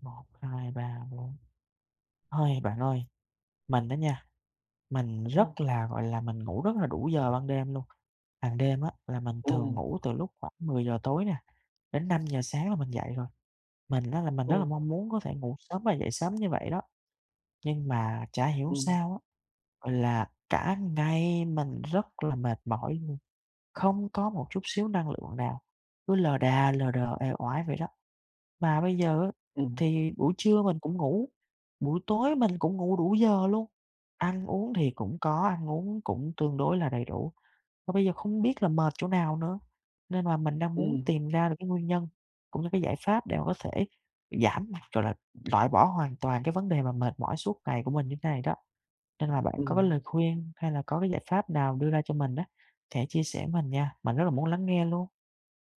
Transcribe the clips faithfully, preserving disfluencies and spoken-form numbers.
Một hai ba bốn. Thôi bạn ơi, mình đó nha, mình Ừm, rất là, gọi là, mình ngủ rất là đủ giờ ban đêm luôn. Hàng đêm á, là mình thường ừm, ngủ từ lúc khoảng mười giờ tối nè, đến năm giờ sáng là mình dậy rồi. Mình á, là mình rất là ừm, mong muốn có thể ngủ sớm và dậy sớm như vậy đó, nhưng mà chả hiểu ừm, sao á, gọi là, cả ngày mình rất là mệt mỏi luôn, không có một chút xíu năng lượng nào, cứ lờ đà lờ đờ, uể oải vậy đó. Mà bây giờ á, ừm, thì buổi trưa mình cũng ngủ, buổi tối mình cũng ngủ đủ giờ luôn, ăn uống thì cũng có, ăn uống cũng tương đối là đầy đủ, và bây giờ không biết là mệt chỗ nào nữa. Nên mà mình đang muốn ừm, tìm ra được cái nguyên nhân, cũng như cái giải pháp để mà có thể giảm, gọi là, loại bỏ hoàn toàn cái vấn đề mà mệt mỏi suốt ngày của mình như thế này đó. Nên là bạn có cái lời khuyên hay là có cái giải pháp nào đưa ra cho mình đó, thể chia sẻ mình nha, mình rất là muốn lắng nghe luôn.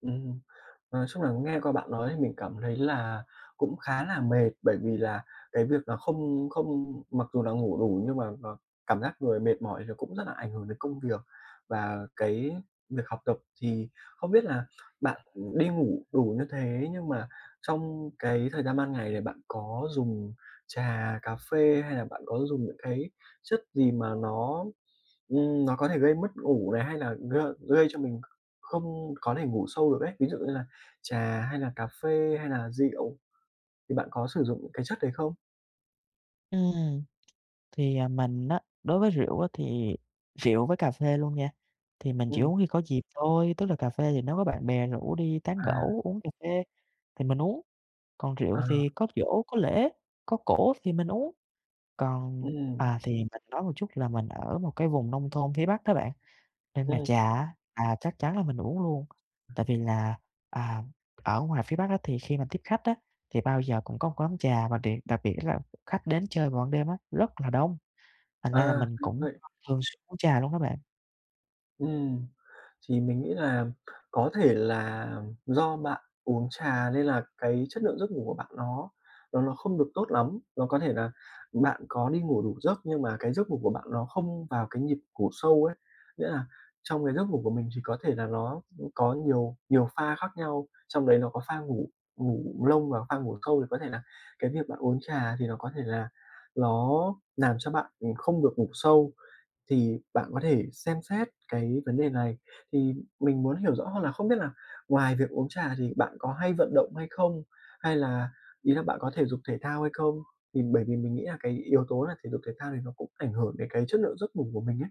ừm, ừm. Ờ, chung là nghe qua bạn nói thì mình cảm thấy là cũng khá là mệt, bởi vì là cái việc là không không mặc dù là ngủ đủ nhưng mà mà cảm giác người mệt mỏi rồi cũng rất là ảnh hưởng đến công việc và cái việc học tập. Thì không biết là bạn đi ngủ đủ như thế nhưng mà trong cái thời gian ban ngày thì bạn có dùng trà, cà phê hay là bạn có dùng những cái chất gì mà nó, ừm, nó có thể gây mất ngủ này, hay là gây gây cho mình không có thể ngủ sâu được ấy? Ví dụ như là trà hay là cà phê hay là rượu thì bạn có sử dụng những cái chất đấy không? Ừm. Thì, à, mình á, đối với rượu á thì rượu với cà phê luôn nha, thì mình chỉ Ừm, uống khi có dịp thôi, tức là cà phê thì nếu có bạn bè rủ đi tán à, gẫu, uống cà phê thì mình uống, còn rượu à, thì có giỗ, có lễ, có cổ thì mình uống. Còn ừm, à, thì mình nói một chút là mình ở một cái vùng nông thôn phía Bắc đó bạn, nên mà ừm, trà á, à, chắc chắn là mình uống luôn. Tại vì là, à, ở ngoài phía Bắc á thì khi mà tiếp khách á, thì bao giờ cũng có một quán trà, và điệt đặc biệt là khách đến chơi vào ban đêm á, rất là đông. Thành ra là à, mình cũng thường xuyên uống trà luôn đó bạn. Ừm, thì mình nghĩ là có thể là do bạn uống trà nên là cái chất lượng giấc ngủ của bạn nó nó nó không được tốt lắm. Nó có thể là bạn có đi ngủ đủ giấc nhưng mà cái giấc ngủ của bạn nó không vào cái nhịp ngủ sâu ấy. Nghĩa là trong cái giấc ngủ của mình thì có thể là nó có nhiều nhiều pha khác nhau, trong đấy nó có pha ngủ ngủ lông và pha ngủ sâu thì có thể là cái việc bạn uống trà thì nó có thể là nó làm cho bạn không được ngủ sâu. Thì bạn có thể xem xét cái vấn đề này. Thì mình muốn hiểu rõ hơn là không biết là ngoài việc uống trà thì bạn có hay vận động hay không? Hay là ý là bạn có thể dục thể thao hay không? Thì bởi vì mình nghĩ là cái yếu tố là thể dục thể thao thì nó cũng ảnh hưởng đến cái chất lượng giấc ngủ của mình ấy.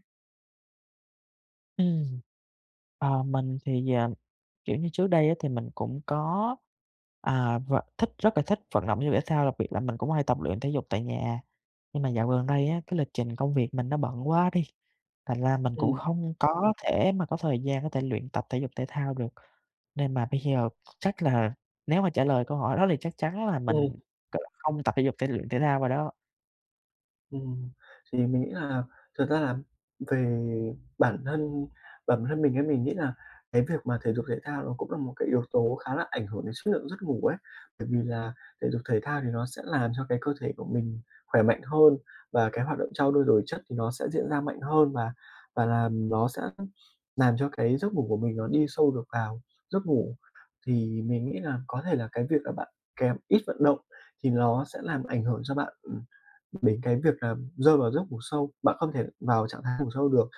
Ừm. Ờ, mình thì, ờ, kiểu như, trước đây á thì mình cũng có, à, v thích rất là thích vận động thể dục thể thao, đặc biệt là mình cũng hay tập luyện thể dục tại nhà. Nhưng mà dạo gần đây á, cái lịch trình công việc mình nó bận quá đi, thành ra mình cũng Ừm, không có thể mà có thời gian có thể luyện tập thể dục thể thao được. Nên mà bây giờ chắc là nếu mà trả lời câu hỏi đó thì chắc chắn là mình, ừm. gọi là, không tập thể dục thể luyện thể thao rồi đó. Ừm, thì mình nghĩ là thật ra là về bản thân bản thân mình ấy, mình nghĩ là cái việc mà thể dục thể thao nó cũng là một cái yếu tố khá là ảnh hưởng đến chất lượng giấc ngủ ấy. Bởi vì là thể dục thể thao thì nó sẽ làm cho cái cơ thể của mình khỏe mạnh hơn và cái hoạt động trao đổi đổi chất thì nó sẽ diễn ra mạnh hơn và và làm nó sẽ làm cho cái giấc ngủ của mình nó đi sâu được vào giấc ngủ. Thì mình nghĩ là có thể là cái việc là bạn kém ít vận động thì nó sẽ làm ảnh hưởng cho bạn, ừm, đến cái việc là rơi vào giấc ngủ sâu. Bạn không thể vào trạng thái ngủ sâu được,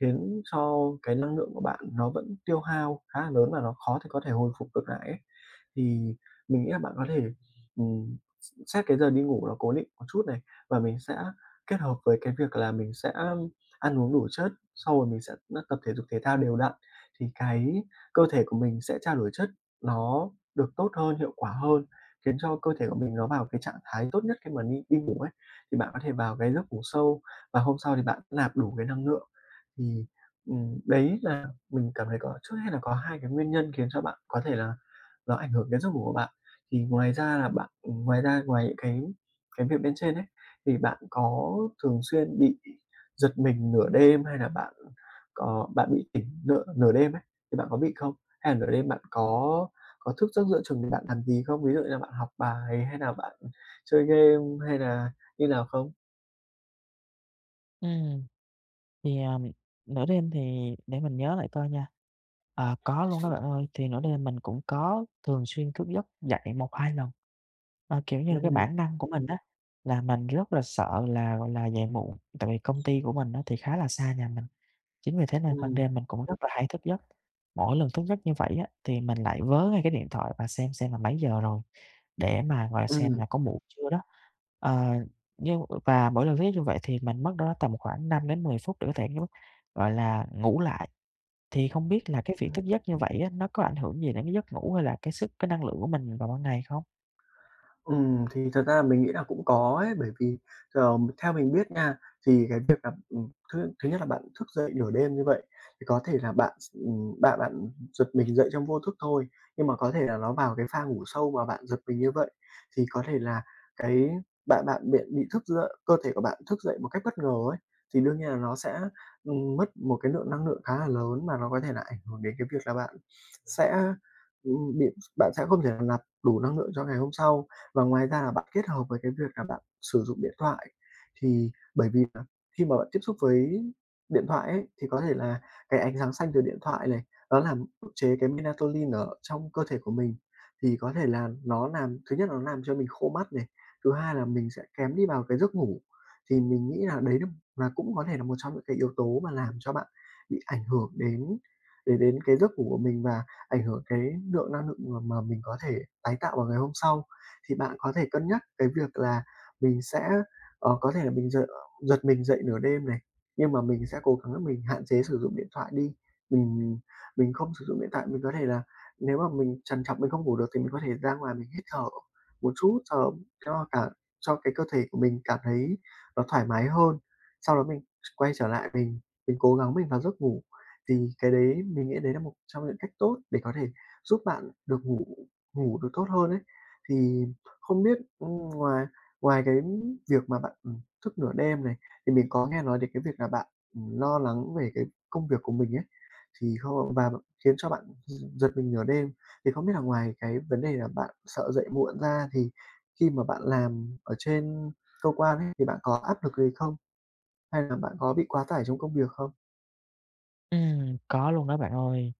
khiến cho cái năng lượng của bạn nó vẫn tiêu hao khá là lớn và nó khó thể có thể hồi phục được lại ấy. Thì mình nghĩ là bạn có thể, ừm, s xét cái giờ đi ngủ nó cố định một chút này, và mình sẽ kết hợp với cái việc là mình sẽ ăn uống đủ chất, xong rồi mình sẽ n tập thể dục thể thao đều đặn, thì cái cơ thể của mình sẽ trao đổi chất nó được tốt hơn, hiệu quả hơn, khiến cho cơ thể của mình nó vào cái trạng thái tốt nhất khi mà đi đi ngủ ấy, thì bạn có thể vào cái giấc ngủ sâu và hôm sau thì bạn nạp đủ cái năng lượng. Thì, ừm, đấy là mình cảm thấy có trước hết là có hai cái nguyên nhân khiến cho bạn có thể là nó ảnh hưởng đến giấc ngủ của bạn. Thì ngoài ra là bạn ngoài ra ngoài những cái cái việc bên trên ấy, thì bạn có thường xuyên bị giật mình nửa đêm hay là bạn có bạn bị tỉnh nửa nửa đêm ấy, thì bạn có bị không? Hay là nửa đêm bạn có có thức giấc giữa chừng để bạn làm gì không? Ví dụ như là bạn học bài hay là bạn chơi game hay là như nào không? Ừm. Thì, à, nửa đêm thì để mình nhớ lại coi nha, à, có luôn đó bạn ơi, thì nửa đêm mình cũng có thường xuyên thức giấc dậy một hai lần. Ờ, kiểu như là, cái Ừm, bản năng của mình đó là mình rất là sợ là, gọi là, dậy muộn, tại vì công ty của mình á thì khá là xa nhà mình. Chính vì thế nên ban ừm, đêm mình cũng rất là hay thức giấc. Mỗi lần thức giấc như vậy á, thì mình lại vớ ngay cái điện thoại và xem xem là mấy giờ rồi, để mà, gọi là, xem ừm. là có muộn chưa đó. Ờ, nhưng và mỗi lần thức giấc như vậy thì mình mất đâu đó tầm khoảng năm đến mười phút để có thể, gọi là, ngủ lại. Thì không biết là cái việc thức giấc như vậy á, nó có ảnh hưởng gì đến cái giấc ngủ hay là cái sức cái năng lượng của mình vào ban ngày không? Ừm, thì thật ra mình nghĩ là cũng có ấy, bởi vì, ờ, theo mình biết nha, thì cái việc là, ừm, thứ thứ nhất là bạn thức dậy nửa đêm như vậy, thì có thể là bạn s ừm, bạn bạn giật mình dậy trong vô thức thôi, nhưng mà có thể là nó vào cái pha ngủ sâu mà bạn giật mình như vậy, thì có thể là cái bạn bạn bị bị thức dậy cơ thể của bạn thức dậy một cách bất ngờ ấy, thì đương nhiên là nó sẽ, ừm, mất một cái lượng năng lượng khá là lớn mà nó có thể là ảnh hưởng đến cái việc là bạn sẽ, ừm, bị bạn sẽ không thể nạp đủ năng lượng cho ngày hôm sau. Và ngoài ra là bạn kết hợp với cái việc là bạn sử dụng điện thoại, thì bởi vì là khi mà bạn tiếp xúc với điện thoại ấy, thì có thể là cái ánh sáng xanh từ điện thoại này, nó làm ức chế cái melatonin ở trong cơ thể của mình, thì có thể là nó làm thứ nhất là nó làm cho mình khô mắt này, thứ hai là mình sẽ kém đi vào cái giấc ngủ. Thì mình nghĩ là đấy là là cũng có thể là một trong những cái yếu tố mà làm cho bạn bị ảnh hưởng đến đến đến cái giấc ngủ của mình và ảnh hưởng cái lượng năng lượng mà mà mình có thể tái tạo vào ngày hôm sau thì bạn có thể cân nhắc cái việc là mình sẽ, ờ, có thể là mình gi giật mình dậy nửa đêm này, nhưng mà mình sẽ cố gắng là mình hạn chế sử dụng điện thoại đi. Mình mình không sử dụng điện thoại, mình có thể là nếu mà mình trằn trọc mình không ngủ được thì mình có thể ra ngoài mình hít thở một chút cho cho cả cho cái cơ thể của mình cảm thấy nó thoải mái hơn. Sau đó mình quay trở lại mình mình cố gắng mình vào giấc ngủ, thì cái đấy mình nghĩ đấy là một trong những cách tốt để có thể giúp bạn được ngủ ngủ được tốt hơn đấy. Thì không biết, ừm, ngoài ngoài cái việc mà bạn, ừm, thức nửa đêm này, thì mình có nghe nói đến cái việc là bạn, ừm, lo lắng về cái công việc của mình ấy, thì không và khiến cho bạn gi giật mình nửa đêm. Thì không biết là ngoài cái vấn đề là bạn sợ dậy muộn ra thì khi mà bạn làm ở trên cơ quan ấy, thì bạn có áp lực gì không? Hay là bạn có bị quá tải trong công việc không? Ừm, có luôn đó bạn ơi.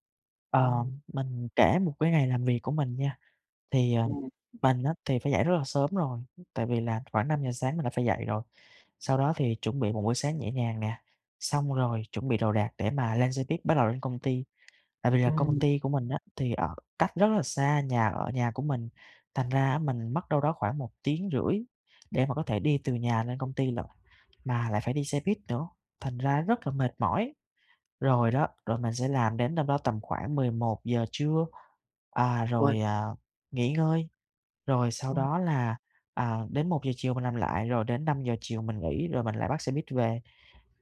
Ờ, Ừm, mình kể một cái ngày làm việc của mình nha. Thì, ờ, ừm, mình á thì phải dậy rất là sớm rồi, tại vì là khoảng năm giờ sáng mình đã phải dậy rồi. Sau đó thì chuẩn bị một buổi sáng nhẹ nhàng nè, xong rồi chuẩn bị đồ đạc để mà lên xe buýt bắt đầu lên công ty. Tại vì là công ừm, ty của mình á thì ở cách rất là xa nhà ở nhà của mình, thành ra á mình mất đâu đó khoảng một tiếng rưỡi để mà có thể đi từ nhà lên công ty lận, mà lại phải đi xe buýt nữa, thành ra rất là mệt mỏi. Rồi đó, rồi mình sẽ làm đến đâu đó tầm khoảng mười một giờ trưa, à, uầy, rồi, à, nghỉ ngơi. Rồi sau ừm, đó là, à, đến một giờ chiều mình làm lại, rồi đến năm giờ chiều mình nghỉ, rồi mình lại bắt xe buýt về.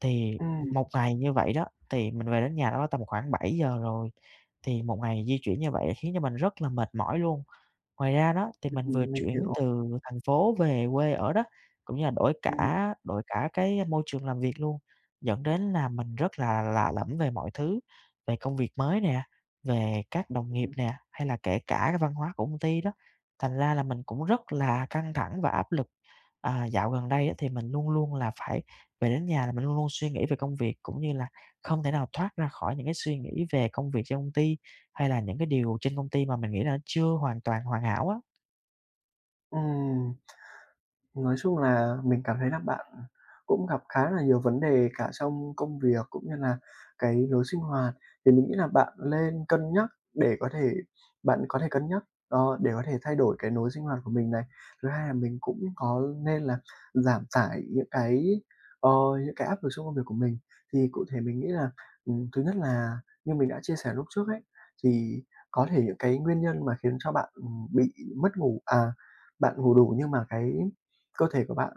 Thì ừm, một ngày như vậy đó, thì mình về đến nhà đó tầm khoảng bảy giờ rồi, thì một ngày di chuyển như vậy khiến cho mình rất là mệt mỏi luôn. Ngoài ra đó, thì mình vừa ừm, mình chuyển hiểu. từ thành phố về quê ở đó, cũng như là đổi Ừm, cả đổi cả cái môi trường làm việc luôn, dẫn đến là mình rất là lạ lẫm về mọi thứ, về công việc mới nè, về các đồng nghiệp ừm. nè, hay là kể cả cái văn hóa của công ty đó. Thành ra là mình cũng rất là căng thẳng và áp lực. À, dạo gần đây á, thì mình luôn luôn là phải về đến nhà là mình luôn luôn suy nghĩ về công việc, cũng như là không thể nào thoát ra khỏi những cái suy nghĩ về công việc trong công ty. Hay là những cái điều trên công ty mà mình nghĩ là chưa hoàn toàn hoàn hảo á. Ừm. Nói chung là mình cảm thấy là bạn cũng gặp khá là nhiều vấn đề cả trong công việc cũng như là cái lối sinh hoạt, thì mình nghĩ là bạn lên cân nhắc để có thể bạn có thể cân nhắc, ờ, để có thể thay đổi cái lối sinh hoạt của mình này. Thứ hai là mình cũng có nên là giảm tải những cái, ờ, những cái áp lực trong công việc của mình. Thì cụ thể mình nghĩ là, ừm, thứ nhất là như mình đã chia sẻ lúc trước ấy, thì có thể những cái nguyên nhân mà khiến cho bạn, ừm, bị mất ngủ à, bạn ngủ đủ nhưng mà cái cơ thể của bạn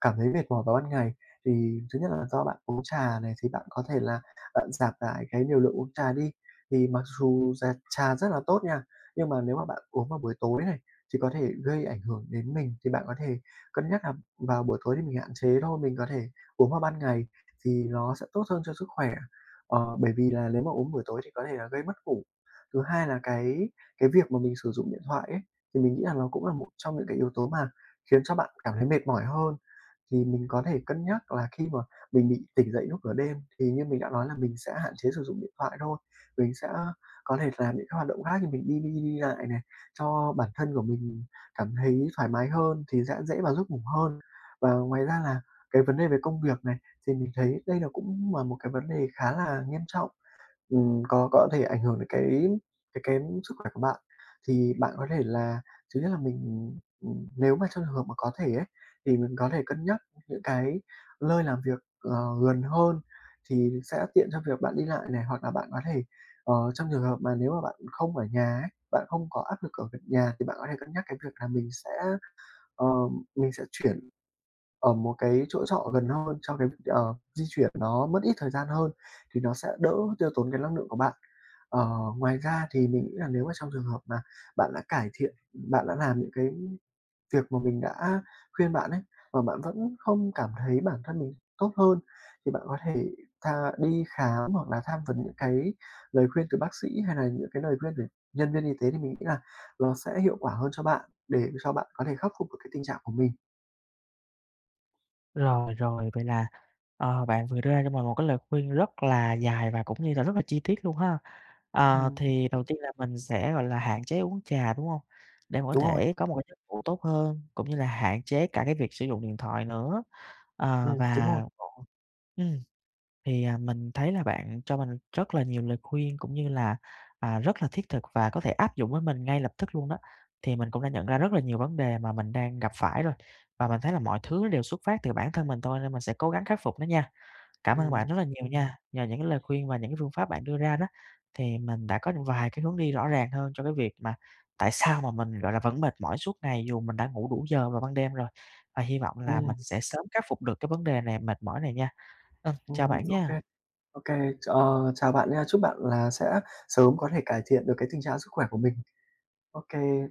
cảm thấy mệt mỏi vào ban ngày thì thứ nhất là do bạn uống trà này, thì bạn có thể là bạn giảm lại cái liều lượng uống trà đi. Thì mặc dù là trà rất là tốt nha, nhưng mà nếu mà bạn uống vào buổi tối này thì có thể gây ảnh hưởng đến mình, thì bạn có thể cân nhắc là vào buổi tối thì mình hạn chế thôi, mình có thể uống vào ban ngày thì nó sẽ tốt hơn cho sức khỏe. Ờ, bởi vì là nếu mà uống buổi tối thì có thể là gây mất ngủ. Thứ hai là cái cái việc mà mình sử dụng điện thoại ấy, thì mình nghĩ là nó cũng là một trong những cái yếu tố mà khiến cho bạn cảm thấy mệt mỏi hơn. Thì mình có thể cân nhắc là khi mà mình bị tỉnh dậy lúc nửa đêm thì như mình đã nói là mình sẽ hạn chế sử dụng điện thoại thôi, mình sẽ có thể làm những cái hoạt động khác như mình đi đi đi lại này, cho bản thân của mình cảm thấy thoải mái hơn thì sẽ dễ vào giấc ngủ hơn. Và ngoài ra là cái vấn đề về công việc này, thì mình thấy đây là cũng là một cái vấn đề khá là nghiêm trọng. Ừm, có có thể ảnh hưởng đến cái cái cái sức khỏe của bạn. Thì bạn có thể là thứ nhất là mình, ừm, nếu mà trong trường hợp mà có thể ấy, thì mình có thể cân nhắc những cái lơi làm việc, ờ, gần hơn thì sẽ tiện cho việc bạn đi lại này, hoặc là bạn có thể, ờ, trong trường hợp mà nếu mà bạn không ở nhà ấy, bạn không có áp lực ở việc nhà thì bạn có thể cân nhắc cái việc là mình sẽ, ờ, mình sẽ chuyển ở một cái chỗ trọ gần hơn cho cái, việc, ờ, di chuyển nó mất ít thời gian hơn thì nó sẽ đỡ tiêu tốn cái năng lượng của bạn. Ờ, ngoài ra thì mình nghĩ là nếu mà trong trường hợp mà bạn đã cải thiện bạn đã làm những cái việc mà mình đã khuyên bạn ấy, mà bạn vẫn không cảm thấy bản thân mình tốt hơn thì bạn có thể tha đi khám hoặc là tham vấn những cái lời khuyên từ bác sĩ hay là những cái lời khuyên từ nhân viên y tế thì mình nghĩ là nó sẽ hiệu quả hơn cho bạn để cho bạn có thể khắc phục được cái tình trạng của mình. Rồi, rồi, vậy là, ờ, bạn vừa đưa ra cho mình một cái lời khuyên rất là dài và cũng như là rất là chi tiết luôn ha. Ờ, Ừm, thì đầu tiên là mình sẽ, gọi là, hạn chế uống trà, đúng hông? Để mà có đúng rồi. thể có một cái giấc ngủ tốt hơn, cũng như là hạn chế cả cái việc sử dụng điện thoại nữa. Ờ, Ừm, đúng và rồi. ừm. Thì, à, mình thấy là bạn cho mình rất là nhiều lời khuyên cũng như là, à, rất là thiết thực và có thể áp dụng với mình ngay lập tức luôn đó. Thì mình cũng đã nhận ra rất là nhiều vấn đề mà mình đang gặp phải rồi, và mình thấy là mọi thứ đều xuất phát từ bản thân mình thôi nên mình sẽ cố gắng khắc phục nó nha. Cảm ơn bạn Ừm, rất là nhiều nha, nhờ những cái lời khuyên và những cái phương pháp bạn đưa ra đó, thì mình đã có vài cái hướng đi rõ ràng hơn cho cái việc mà tại sao mà mình, gọi là, vẫn mệt mỏi suốt ngày dù mình đã ngủ đủ giờ vào ban đêm rồi. Và hy vọng là ừm, mình sẽ sớm khắc phục được cái vấn đề này, mệt mỏi này nha. Ừm, chào ừm, bạn ô kê, nha. ô kê. Ờ, chào bạn nha, chúc bạn là sẽ sớm có thể cải thiện được cái tình trạng sức khỏe của mình. Ô kê.